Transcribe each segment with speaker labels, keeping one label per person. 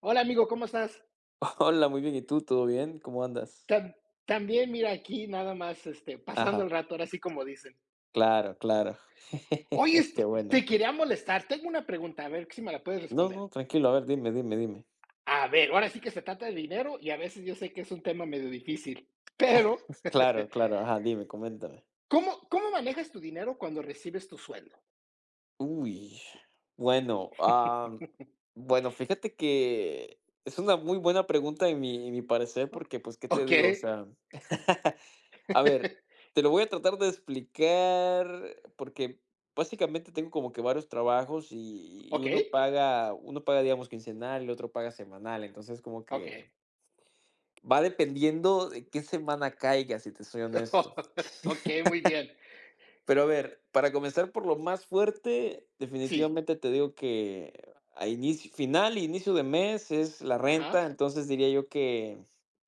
Speaker 1: Hola amigo, ¿cómo estás?
Speaker 2: Hola, muy bien. ¿Y tú? ¿Todo bien? ¿Cómo andas?
Speaker 1: Tam- También mira aquí nada más pasando
Speaker 2: Ajá,
Speaker 1: el rato, ahora sí como dicen.
Speaker 2: claro, claro.
Speaker 1: Oye,
Speaker 2: Qué bueno.
Speaker 1: te quería molestar, tengo una pregunta, a ver si me la puedes
Speaker 2: No,
Speaker 1: responder.
Speaker 2: no, tranquilo. A ver, dime, dime, dime.
Speaker 1: A ver, ahora sí que se trata de dinero y a veces yo sé que es un tema medio difícil, pero
Speaker 2: Claro, claro. Ajá, dime, coméntame.
Speaker 1: ¿cómo manejas tu dinero cuando recibes tu sueldo?
Speaker 2: Uy, bueno, ah, bueno, fíjate que es una muy buena pregunta en mi parecer, porque pues, ¿qué te
Speaker 1: Ok,
Speaker 2: digo? O sea, A ver, te lo voy a tratar de explicar porque básicamente tengo como que varios trabajos y
Speaker 1: ok,
Speaker 2: uno paga, digamos, quincenal, y el otro paga semanal. Entonces, como
Speaker 1: ok,
Speaker 2: que va dependiendo de qué semana caiga, si te soy honesto.
Speaker 1: ok, muy bien.
Speaker 2: Pero a ver, para comenzar por lo más fuerte,
Speaker 1: Sí,
Speaker 2: definitivamente te digo que a inicio, final y inicio de mes es la
Speaker 1: ajá,
Speaker 2: renta, entonces diría yo que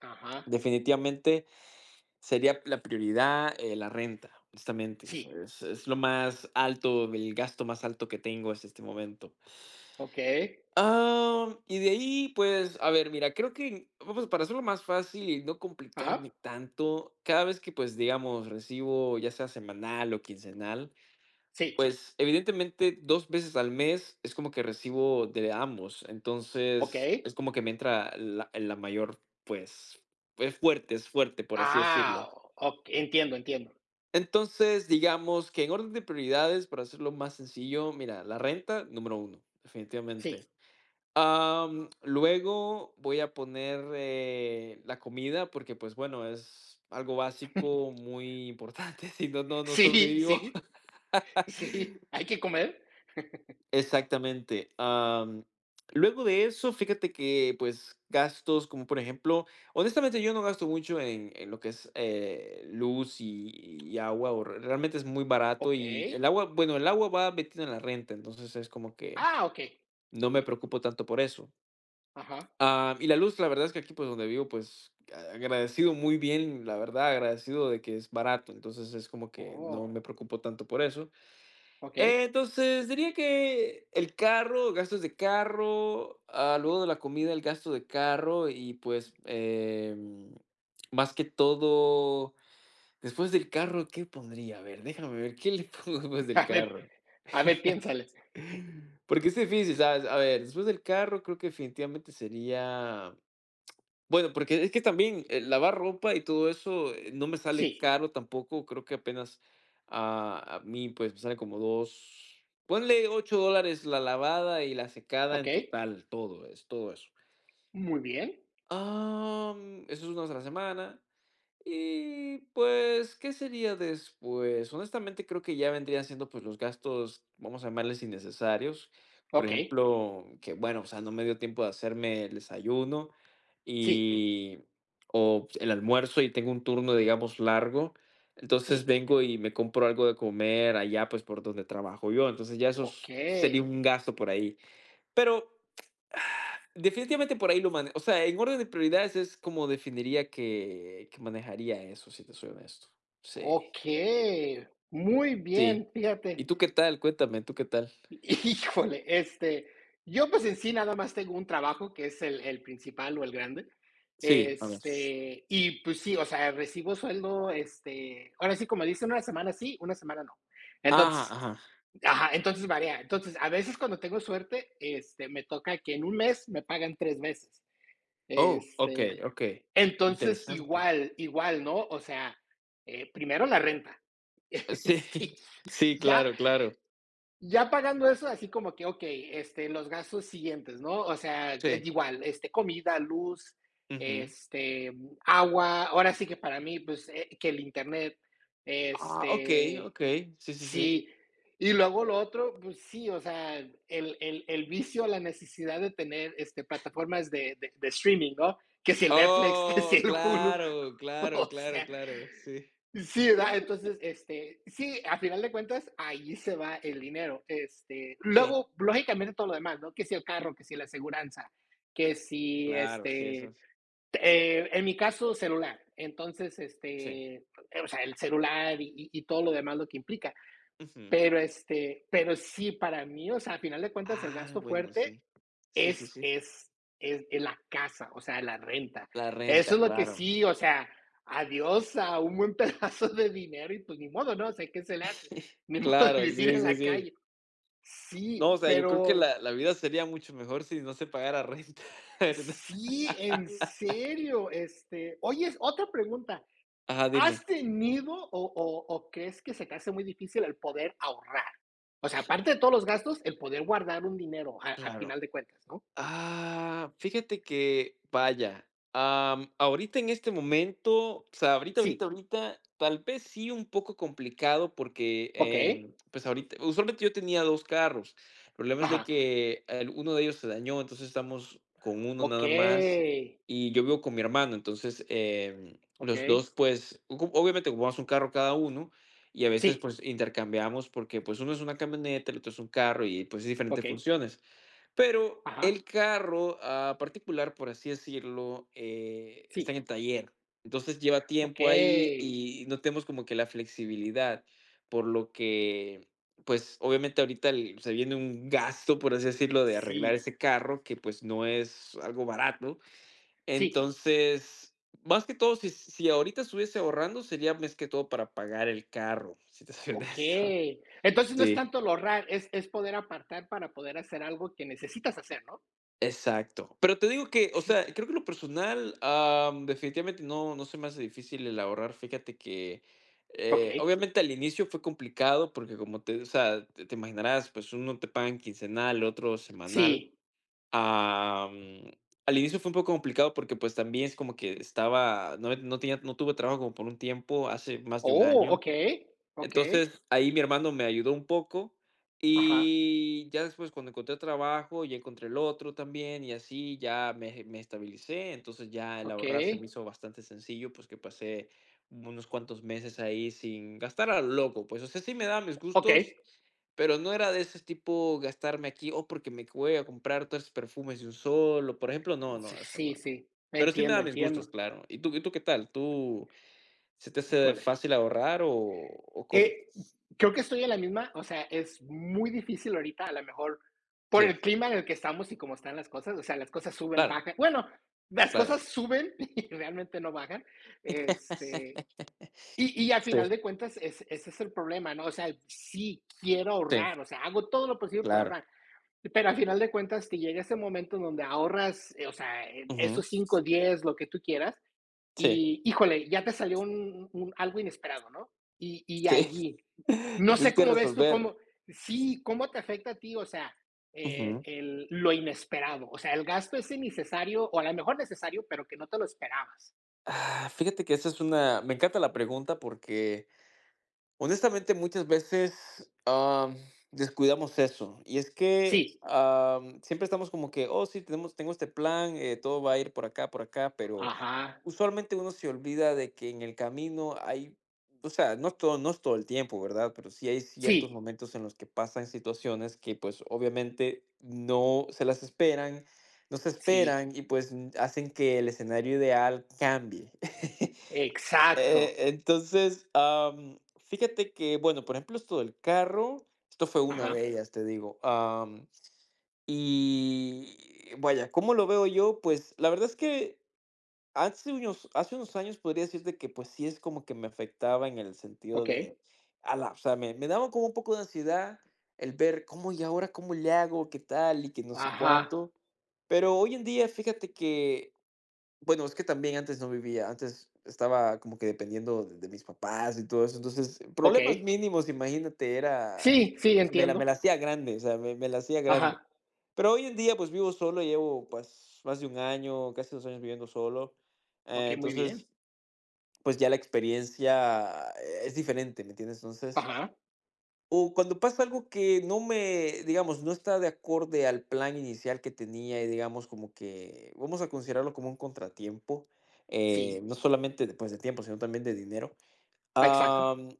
Speaker 1: ajá,
Speaker 2: definitivamente sería la prioridad, la renta, justamente, eso
Speaker 1: sí,
Speaker 2: es lo más alto, el gasto más alto que tengo es este momento.
Speaker 1: ok,
Speaker 2: Y de ahí, pues, a ver, mira, creo que, vamos, para hacerlo más fácil y no
Speaker 1: ajá,
Speaker 2: complicarme tanto, cada vez que, pues, digamos, recibo, ya sea semanal o quincenal,
Speaker 1: sí,
Speaker 2: pues, evidentemente, 2 veces al mes es como que recibo de ambos.
Speaker 1: ok.
Speaker 2: Entonces, es como que me entra la mayor, pues, es fuerte, por así
Speaker 1: Ah,
Speaker 2: decirlo.
Speaker 1: ok, entiendo, entiendo.
Speaker 2: Entonces, digamos que en orden de prioridades, para hacerlo más sencillo, mira, la renta, número uno, definitivamente.
Speaker 1: Sí,
Speaker 2: Luego voy a poner la comida, porque pues bueno, es algo básico, muy importante, si no, no, no
Speaker 1: sí,
Speaker 2: sobrevivo.
Speaker 1: sí, sí, hay que comer.
Speaker 2: Exactamente. Luego de eso, fíjate que, pues, gastos como por ejemplo, honestamente yo no gasto mucho en lo que es luz y agua, o
Speaker 1: O-
Speaker 2: realmente es muy barato
Speaker 1: ok.
Speaker 2: y el agua, bueno, el agua va metida en la renta, entonces es como que
Speaker 1: Ah, ok,
Speaker 2: no
Speaker 1: ok.
Speaker 2: me preocupo tanto por eso.
Speaker 1: Ajá.
Speaker 2: Ah, y la luz, la verdad es que aquí, pues, donde vivo, pues, agradecido muy bien, la verdad, agradecido de que es barato, entonces es como que no
Speaker 1: Oh,
Speaker 2: me preocupo tanto por eso.
Speaker 1: ok.
Speaker 2: Entonces, diría que el carro, gastos de carro, ah, luego de la comida, el gasto de carro y pues, más que todo, después del carro, ¿qué pondría? A ver, déjame ver, ¿qué le pongo después del
Speaker 1: A ver,
Speaker 2: carro?
Speaker 1: a ver, piénsale.
Speaker 2: Porque es difícil, ¿sabes? A ver, después del carro creo que definitivamente sería bueno, porque es que también, lavar ropa y todo eso, no me
Speaker 1: Sí,
Speaker 2: sale caro tampoco, creo que apenas a mí, pues, me sale como 2 ponle $8 la lavada y la secada
Speaker 1: ok.
Speaker 2: en total, todo es todo eso.
Speaker 1: Muy bien.
Speaker 2: ah Eso es una vez a la semana. Y pues, ¿qué sería después? Honestamente, creo que ya vendrían siendo pues los gastos, vamos a llamarles innecesarios. Por
Speaker 1: Ok,
Speaker 2: ejemplo, que bueno, o sea, no me dio tiempo de hacerme el desayuno
Speaker 1: sí,
Speaker 2: y o el almuerzo y tengo un turno, digamos, largo. Entonces
Speaker 1: sí.
Speaker 2: vengo y me compro algo de comer allá, pues por donde trabajo yo. Entonces ya
Speaker 1: Ok,
Speaker 2: sería un gasto por ahí. Pero definitivamente por ahí lo mane o sea, en orden de prioridades es como definiría que manejaría eso, si te soy honesto. Sí,
Speaker 1: ok. Muy
Speaker 2: sí.
Speaker 1: bien,
Speaker 2: ¿Y
Speaker 1: fíjate.
Speaker 2: tú qué tal? Cuéntame, ¿tú qué tal?
Speaker 1: Híjole, yo pues en sí nada más tengo un trabajo que es el principal o el grande.
Speaker 2: Sí, a ver.
Speaker 1: Y pues sí, o sea, recibo sueldo, ahora sí, como dicen, una semana sí, una semana no.
Speaker 2: Ajá,
Speaker 1: Entonces,
Speaker 2: ajá.
Speaker 1: ajá, entonces varía. Entonces, a veces cuando tengo suerte, me toca que en un mes me pagan tres veces.
Speaker 2: Oh,
Speaker 1: Este,
Speaker 2: okey, okey.
Speaker 1: entonces,
Speaker 2: Interesante.
Speaker 1: igual, igual, ¿no? O sea, primero la renta.
Speaker 2: Sí,
Speaker 1: Sí,
Speaker 2: sí,
Speaker 1: ya
Speaker 2: claro, claro.
Speaker 1: ya pagando eso, así como que, okey, los gastos siguientes, ¿no? O sea,
Speaker 2: Sí.
Speaker 1: igual, comida, luz,
Speaker 2: Ujú.
Speaker 1: este, agua. Ahora sí que para mí, pues, que el Internet,
Speaker 2: Ah, okey,
Speaker 1: este,
Speaker 2: okey. Sí, sí, sí.
Speaker 1: sí. Y luego lo otro, pues sí, o sea, el vicio, la necesidad de tener, plataformas de streaming, ¿no? Que si el Netflix, que si
Speaker 2: Oh,
Speaker 1: el Hulu,
Speaker 2: claro, claro,
Speaker 1: o
Speaker 2: claro,
Speaker 1: sea,
Speaker 2: claro. Sí.
Speaker 1: sí, ¿verdad? Entonces, sí, a final de cuentas, ahí se va el dinero.
Speaker 2: Sí,
Speaker 1: Luego, lógicamente, todo lo demás, ¿no? Que si el carro, que si la aseguranza, que si,
Speaker 2: claro, sí, eso es.
Speaker 1: en mi caso, celular. Entonces,
Speaker 2: Sí.
Speaker 1: o sea, el celular y todo lo demás lo que implica.
Speaker 2: Ujú.
Speaker 1: Pero, pero sí, para mí, o sea, a final de cuentas, el
Speaker 2: Ah,
Speaker 1: gasto
Speaker 2: bueno,
Speaker 1: fuerte
Speaker 2: sí. Sí, sí,
Speaker 1: es,
Speaker 2: sí.
Speaker 1: es, es la casa, o sea, la renta.
Speaker 2: La
Speaker 1: Eso
Speaker 2: renta,
Speaker 1: es lo que
Speaker 2: claro.
Speaker 1: sí, o sea, adiós a un buen pedazo de dinero y pues ni modo, ¿no? O sea, ¿qué se le hace? Ni modo de
Speaker 2: Claro,
Speaker 1: vivir
Speaker 2: sí,
Speaker 1: en
Speaker 2: sí,
Speaker 1: la
Speaker 2: sí.
Speaker 1: calle.
Speaker 2: No, o
Speaker 1: Sí,
Speaker 2: sea, yo creo que
Speaker 1: pero
Speaker 2: la vida sería mucho mejor si no se pagara renta, ¿verdad?
Speaker 1: sí, en serio, oye, otra pregunta.
Speaker 2: Ajá, dime.
Speaker 1: ¿Has tenido o crees que se te hace muy difícil el poder ahorrar? O sea, aparte de todos los gastos, el poder guardar un dinero a
Speaker 2: Claro.
Speaker 1: final de cuentas, ¿no?
Speaker 2: Ah, fíjate que, vaya, ahorita en este momento, o sea, ahorita, ahorita,
Speaker 1: Sí,
Speaker 2: ahorita, tal vez sí un poco complicado porque,
Speaker 1: ok,
Speaker 2: pues ahorita, usualmente yo tenía 2 carros. El problema es de que el uno de ellos se dañó, entonces estamos con uno
Speaker 1: ok,
Speaker 2: nada más y yo vivo con mi hermano, entonces,
Speaker 1: ok.
Speaker 2: los 2 pues, ocu obviamente ocupamos un carro cada uno y a veces,
Speaker 1: Sí,
Speaker 2: pues, intercambiamos porque, pues, uno es una camioneta, el otro es un carro y, pues, diferentes
Speaker 1: ok.
Speaker 2: funciones. Pero
Speaker 1: Ajá,
Speaker 2: el carro, ah, particular, por así decirlo, está en
Speaker 1: sí.
Speaker 2: el taller. Entonces lleva
Speaker 1: Ok,
Speaker 2: tiempo ahí y no tenemos como que la flexibilidad, por lo que, pues, obviamente ahorita el se viene un gasto, por así decirlo, de arreglar
Speaker 1: sí,
Speaker 2: ese carro que, pues, no es algo barato.
Speaker 1: sí,
Speaker 2: Entonces, más que todo, si ahorita estuviese ahorrando, sería más que todo para pagar el carro, si te soy
Speaker 1: ok.
Speaker 2: honesto.
Speaker 1: Entonces no es
Speaker 2: Sí.
Speaker 1: tanto lo raro es poder apartar para poder hacer algo que necesitas hacer, ¿no?
Speaker 2: Exacto. Pero te digo que, o
Speaker 1: Sí.
Speaker 2: sea, creo que lo personal, definitivamente no, no se me hace difícil el ahorrar. Fíjate que,
Speaker 1: Ok,
Speaker 2: obviamente al inicio fue complicado porque como o sea, te imaginarás, pues uno te pagan quincenal, otro semanal.
Speaker 1: sí.
Speaker 2: Am, al inicio fue un poco complicado porque pues también es como que estaba, no, no tenía, no tuve trabajo como por un tiempo, hace más de un
Speaker 1: Oh,
Speaker 2: año.
Speaker 1: ok, ok.
Speaker 2: Entonces, ahí mi hermano me ayudó un poco,
Speaker 1: Ajá,
Speaker 2: y ya después cuando encontré trabajo, ya encontré el otro también, y así ya me estabilicé. Entonces, ya el
Speaker 1: ok,
Speaker 2: ahorrar se me hizo bastante sencillo, pues, que pasé unos cuantos meses ahí sin gastar a lo loco, pues. O sea, sí me daba mis
Speaker 1: ok.
Speaker 2: gustos, pero no era de ese tipo gastarme aquí, o porque me voy a comprar tres perfumes de un solo, por ejemplo, no,
Speaker 1: Sí,
Speaker 2: no, eso no.
Speaker 1: sí,
Speaker 2: No.
Speaker 1: sí.
Speaker 2: Pero sí me
Speaker 1: Entiendo,
Speaker 2: da mis gustos,
Speaker 1: entiendo.
Speaker 2: claro. ¿Y tú qué tal? ¿Tú ¿Se te hace
Speaker 1: Híjole.
Speaker 2: fácil ahorrar o cómo?
Speaker 1: Eh, Creo que estoy en la misma, o sea, es muy difícil ahorita, a lo mejor por
Speaker 2: Sí,
Speaker 1: el clima en el que estamos y cómo están las cosas, o sea, las cosas suben,
Speaker 2: claro,
Speaker 1: bajan. Bueno, las
Speaker 2: claro.
Speaker 1: cosas suben y realmente no bajan. Este, y al final
Speaker 2: Sí,
Speaker 1: de cuentas, ese es el problema, ¿no? O sea, sí quiero
Speaker 2: sí,
Speaker 1: ahorrar, o sea, hago todo lo posible para
Speaker 2: claro.
Speaker 1: ahorrar, pero al final de cuentas te llega ese momento en donde ahorras, o sea,
Speaker 2: Ujú.
Speaker 1: esos 5, 10, lo que tú quieras,
Speaker 2: Sí,
Speaker 1: y híjole, ya te salió algo inesperado, ¿no? Y
Speaker 2: sí.
Speaker 1: allí,
Speaker 2: Y
Speaker 1: no
Speaker 2: tienes
Speaker 1: sé
Speaker 2: que
Speaker 1: cómo ves tú,
Speaker 2: resolver.
Speaker 1: cómo, sí, cómo te afecta a ti, o sea,
Speaker 2: Ujú.
Speaker 1: lo inesperado, o sea, el gasto es innecesario, o a lo mejor necesario, pero que no te lo esperabas.
Speaker 2: Ah, fíjate que esa es una me encanta la pregunta porque honestamente, muchas veces, descuidamos eso. Y es que,
Speaker 1: Sí,
Speaker 2: siempre estamos como que: "Oh, sí, tenemos tengo este plan, todo va a ir por acá", pero
Speaker 1: ajá,
Speaker 2: usualmente uno se olvida de que en el camino hay o sea, no es todo el tiempo, ¿verdad? Pero sí hay ciertos
Speaker 1: sí,
Speaker 2: momentos en los que pasan situaciones que, pues, obviamente no se
Speaker 1: sí,
Speaker 2: esperan y, pues, hacen que el escenario ideal cambie.
Speaker 1: exacto,
Speaker 2: Entonces, fíjate que, bueno, por ejemplo, esto del carro, esto fue una
Speaker 1: ajá,
Speaker 2: de ellas, te digo. Y vaya, ¿cómo lo veo yo? Pues la verdad es que hace unos años podría decirte que pues sí es como que me afectaba en el sentido
Speaker 1: ok,
Speaker 2: de, ala, o sea, me daba como un poco de ansiedad el ver cómo y ahora cómo le hago, qué tal y que no sé
Speaker 1: ajá,
Speaker 2: cuánto. Pero hoy en día, fíjate que bueno, es que también antes no vivía, antes estaba como que dependiendo de mis papás y todo eso, entonces,
Speaker 1: ok,
Speaker 2: problemas mínimos, imagínate, era,
Speaker 1: sí, sí,
Speaker 2: me la
Speaker 1: entiendo,
Speaker 2: hacía grande, o sea, me la hacía grande.
Speaker 1: ajá,
Speaker 2: Pero hoy en día, pues vivo solo, llevo pues más de un año, casi 2 años viviendo solo,
Speaker 1: ok, muy bien,
Speaker 2: entonces, pues ya la experiencia es diferente, ¿me entiendes? Entonces,
Speaker 1: ajá,
Speaker 2: o cuando pasa algo que no me, digamos, no está de acorde al plan inicial que tenía y digamos como que vamos a considerarlo como un contratiempo,
Speaker 1: sí,
Speaker 2: no solamente de, pues, de tiempo, sino también de dinero.
Speaker 1: exacto,
Speaker 2: Am,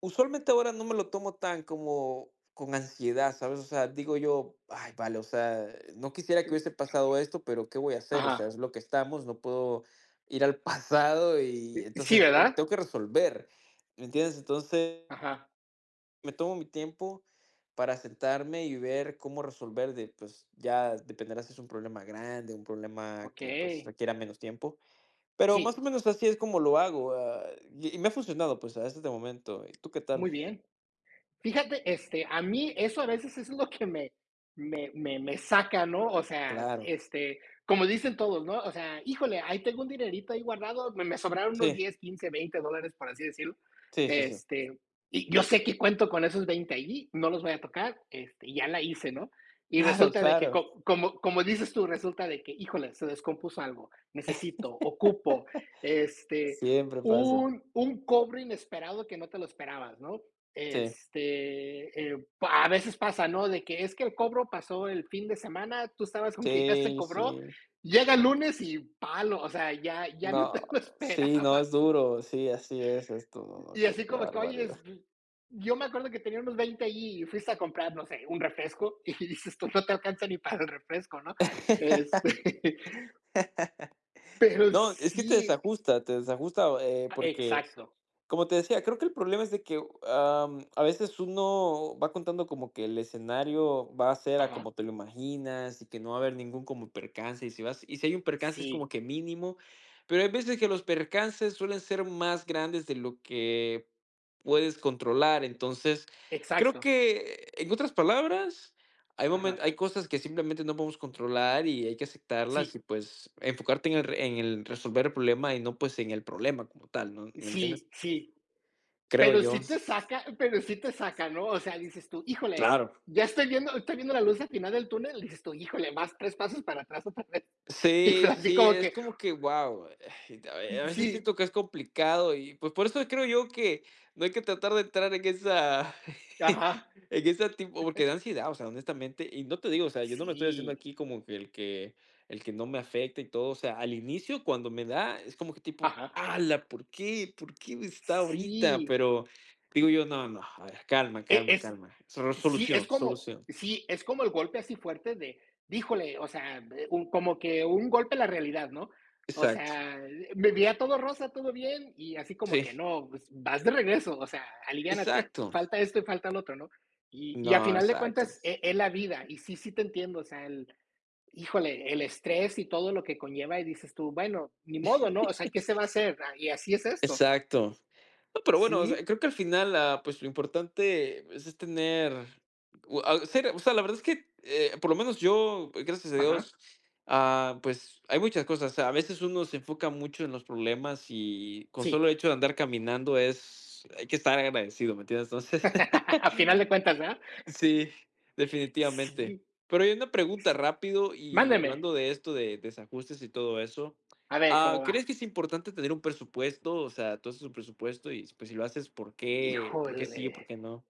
Speaker 2: usualmente ahora no me lo tomo tan como con ansiedad, ¿sabes? O sea, digo yo, ay, vale, o sea, no quisiera que hubiese pasado esto, pero ¿qué voy a hacer? O sea,
Speaker 1: ajá,
Speaker 2: es lo que estamos, no puedo ir al pasado y
Speaker 1: sí,
Speaker 2: entonces tengo
Speaker 1: ¿verdad?
Speaker 2: tengo que resolver, ¿me entiendes? Entonces...
Speaker 1: Ajá.
Speaker 2: Me tomo mi tiempo para sentarme y ver cómo resolver de, pues, ya dependerá si es un problema grande, un problema
Speaker 1: Ok,
Speaker 2: que, pues, requiera menos tiempo, pero más o
Speaker 1: sí,
Speaker 2: menos así es como lo hago, y me ha funcionado, pues, hasta este momento, ¿y tú qué tal?
Speaker 1: muy bien. Fíjate, a mí eso a veces es lo que me saca, ¿no? O sea,
Speaker 2: Claro,
Speaker 1: como dicen todos, ¿no? O sea, híjole, ahí tengo un dinerito ahí guardado, me sobraron unos
Speaker 2: sí,
Speaker 1: 10, 15, $20, por así decirlo.
Speaker 2: sí, sí, sí,
Speaker 1: Este, y yo sé que cuento con esos 20 allí, no los voy a tocar, y ya la hice, ¿no? Y
Speaker 2: claro,
Speaker 1: resulta de que
Speaker 2: claro,
Speaker 1: co como como dices tú, resulta de que, híjole, se descompuso algo, necesito, ocupo, este,
Speaker 2: siempre pasa,
Speaker 1: un cobro inesperado que no te lo esperabas, ¿no?
Speaker 2: sí,
Speaker 1: A veces pasa, ¿no? De que es que el cobro pasó el fin de semana, tú estabas con que ya se
Speaker 2: sí,
Speaker 1: cobró,
Speaker 2: sí,
Speaker 1: llega el lunes y palo, o sea, ya no
Speaker 2: no,
Speaker 1: te lo
Speaker 2: sí, no, es
Speaker 1: esperabas.
Speaker 2: duro, sí, así es esto, no, no,
Speaker 1: Y
Speaker 2: qué
Speaker 1: así
Speaker 2: qué
Speaker 1: como que, oye,
Speaker 2: barbaridad.
Speaker 1: pues, yo me acuerdo que tenía unos 20 allí y fuiste a comprar, no sé, un refresco y dices, tú no te alcanza ni para el refresco, ¿no? Este, pero
Speaker 2: No, es que
Speaker 1: sí,
Speaker 2: te desajusta, porque,
Speaker 1: exacto,
Speaker 2: como te decía, creo que el problema es de que, a veces uno va contando como que el escenario va a ser a
Speaker 1: ajá,
Speaker 2: como te lo imaginas y que no va a haber ningún como percance, y si vas y si hay un percance es como
Speaker 1: sí,
Speaker 2: que mínimo, pero hay veces que los percances suelen ser más grandes de lo que puedes controlar. Entonces, creo
Speaker 1: exacto,
Speaker 2: que, en otras palabras, hay
Speaker 1: ajá,
Speaker 2: momen hay cosas que simplemente no podemos controlar y hay que aceptarlas y,
Speaker 1: sí,
Speaker 2: pues, enfocarte en el resolver el problema y no, pues, en el problema como tal, ¿no? ¿Me entiendes?
Speaker 1: sí, sí.
Speaker 2: Creo
Speaker 1: Pero
Speaker 2: yo.
Speaker 1: sí te saca pero sí te saca, ¿no? O sea, dices tú: "Híjole,
Speaker 2: Claro.
Speaker 1: ya estoy viendo la luz al final del túnel", dices tú: "Híjole, más 3 pasos para atrás otra vez". Y
Speaker 2: Sí,
Speaker 1: fue así
Speaker 2: sí,
Speaker 1: como
Speaker 2: es
Speaker 1: que,
Speaker 2: como que, wow, a veces
Speaker 1: sí,
Speaker 2: siento que es complicado y pues por eso creo yo que no hay que tratar de entrar en esa, en
Speaker 1: ajá,
Speaker 2: ese tipo, porque da ansiedad, o sea, honestamente, y no te digo, o sea, yo no me estoy haciendo
Speaker 1: sí,
Speaker 2: aquí como que el que no me afecta y todo, o sea, al inicio cuando me da, es como que tipo,
Speaker 1: ajá,
Speaker 2: ala, ¿por qué? ¿Por qué me está ahorita?
Speaker 1: sí.
Speaker 2: Pero digo yo, no, no, a ver, calma,
Speaker 1: E
Speaker 2: calma,
Speaker 1: es
Speaker 2: calma, solución, solución,
Speaker 1: Sí, es como el golpe así fuerte de, díjole, o sea, un como que un golpe a la realidad, ¿no? O
Speaker 2: exacto,
Speaker 1: sea, me veía todo rosa, todo bien, y así como
Speaker 2: sí,
Speaker 1: que no, pues, vas de regreso, o sea, aliviánate,
Speaker 2: exacto,
Speaker 1: falta esto y falta lo otro, ¿no? Y a
Speaker 2: no,
Speaker 1: final de
Speaker 2: exacto.
Speaker 1: cuentas, es la vida, y sí, sí te entiendo, o sea, el híjole, el estrés y todo lo que conlleva, y dices tú: "Bueno, ni modo, ¿no? O sea, ¿qué se va a hacer? Ah, y así es esto".
Speaker 2: Exacto. No, pero bueno, o sea,
Speaker 1: Sí,
Speaker 2: creo que al final, ah, pues, lo importante, pues, es tener u a ser o sea, la verdad es que, por lo menos yo, gracias a
Speaker 1: ajá,
Speaker 2: Dios, ah, pues, hay muchas cosas. A veces uno se enfoca mucho en los problemas y con solo
Speaker 1: sí.
Speaker 2: el hecho de andar caminando es hay que estar agradecido, ¿me entiendes? Entonces,
Speaker 1: A final de cuentas, ¿verdad?
Speaker 2: sí, definitivamente.
Speaker 1: Sí.
Speaker 2: Pero hay una pregunta
Speaker 1: Sí.
Speaker 2: rápido y
Speaker 1: Mándeme,
Speaker 2: hablando de esto de desajustes y todo eso,
Speaker 1: a ver
Speaker 2: ah,
Speaker 1: cómo
Speaker 2: ¿crees
Speaker 1: va.
Speaker 2: que es importante tener un presupuesto? O sea, tú haces un presupuesto y, pues, si lo haces, ¿por qué? ¿Por qué sí, por
Speaker 1: Híjole.
Speaker 2: qué no?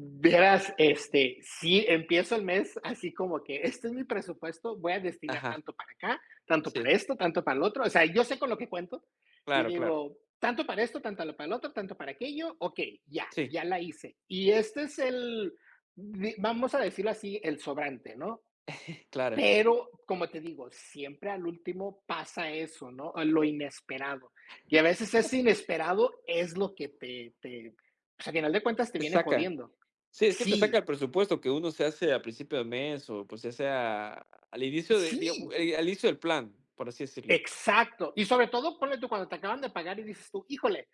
Speaker 1: Verás, sí, empiezo el mes así como que este es mi presupuesto, voy a destinar
Speaker 2: Ajá,
Speaker 1: tanto para acá, tanto para
Speaker 2: sí,
Speaker 1: esto, tanto para el otro. O sea, yo sé con lo que cuento y
Speaker 2: claro, claro.
Speaker 1: digo, tanto para esto, tanto para el otro, tanto para aquello. Ok, ya,
Speaker 2: Sí,
Speaker 1: ya la hice. Y este es vamos a decirlo así, el sobrante, ¿no?
Speaker 2: claro.
Speaker 1: Pero, como te digo, siempre al último pasa eso, ¿no? Lo inesperado. Y a veces ese inesperado es lo que te pues, al final de cuentas te
Speaker 2: Te
Speaker 1: viene
Speaker 2: saca.
Speaker 1: jodiendo.
Speaker 2: Sí, es que te saca el
Speaker 1: Sí,
Speaker 2: presupuesto que uno se hace a principio de mes o, pues, ya sea al inicio de digamos,
Speaker 1: sí,
Speaker 2: al inicio del plan, por así decirlo.
Speaker 1: exacto. Y sobre todo, ponle tú cuando te acaban de pagar y dices tú: "Híjole,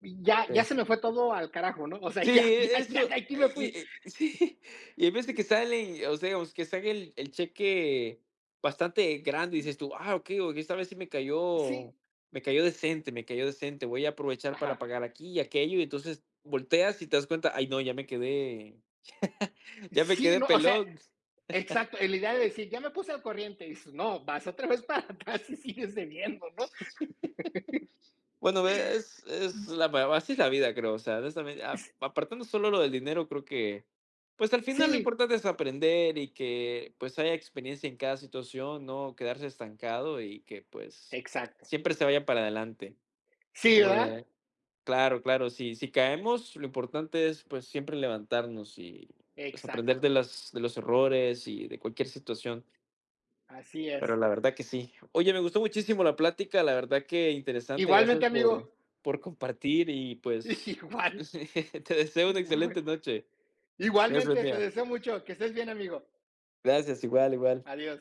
Speaker 1: ya
Speaker 2: Sí.
Speaker 1: se me fue todo al carajo", ¿no? O sea,
Speaker 2: Sí,
Speaker 1: ya ya ya
Speaker 2: eso,
Speaker 1: de aquí me
Speaker 2: y,
Speaker 1: fui.
Speaker 2: sí, y hay veces que salen, o sea, digamos, que sale el cheque bastante grande, y dices tú: "Ah, ok, okey, esta vez sí me cayó
Speaker 1: Sí,
Speaker 2: me cayó decente, me cayó decente, voy a aprovechar para
Speaker 1: ajá.
Speaker 2: pagar aquí y aquello", y entonces volteas y te das cuenta: "Ay no, ya me quedé ya me
Speaker 1: Sí,
Speaker 2: quedé
Speaker 1: no, o sea,
Speaker 2: pelón".
Speaker 1: exacto, la idea de decir: "Ya me puse al corriente", y dices: "No, vas otra vez para atrás y sigues debiendo", ¿no?
Speaker 2: Bueno, ve, es la va así es la vida, creo, o sea, honestamente, a apartando solo lo del dinero, creo que, pues, al final lo
Speaker 1: Sí.
Speaker 2: importante es aprender y que, pues, haya experiencia en cada situación, no quedarse estancado y que, pues,
Speaker 1: Exacto.
Speaker 2: siempre se vaya para adelante.
Speaker 1: Sí,
Speaker 2: Como
Speaker 1: ¿verdad?
Speaker 2: de Claro, claro, si caemos, lo importante es, pues, siempre levantarnos y, pues, aprender
Speaker 1: Exacto.
Speaker 2: de las de los errores y de cualquier situación.
Speaker 1: Así
Speaker 2: Pero
Speaker 1: es.
Speaker 2: la verdad que sí. Oye, me gustó muchísimo la plática, la verdad que interesante. Gracias
Speaker 1: Igualmente,
Speaker 2: por,
Speaker 1: amigo.
Speaker 2: por compartir y pues
Speaker 1: Igual.
Speaker 2: te deseo una excelente noche. Gracias, buen
Speaker 1: Igualmente, te
Speaker 2: día.
Speaker 1: deseo mucho. Que estés bien, amigo.
Speaker 2: Gracias, igual, igual.
Speaker 1: Adiós.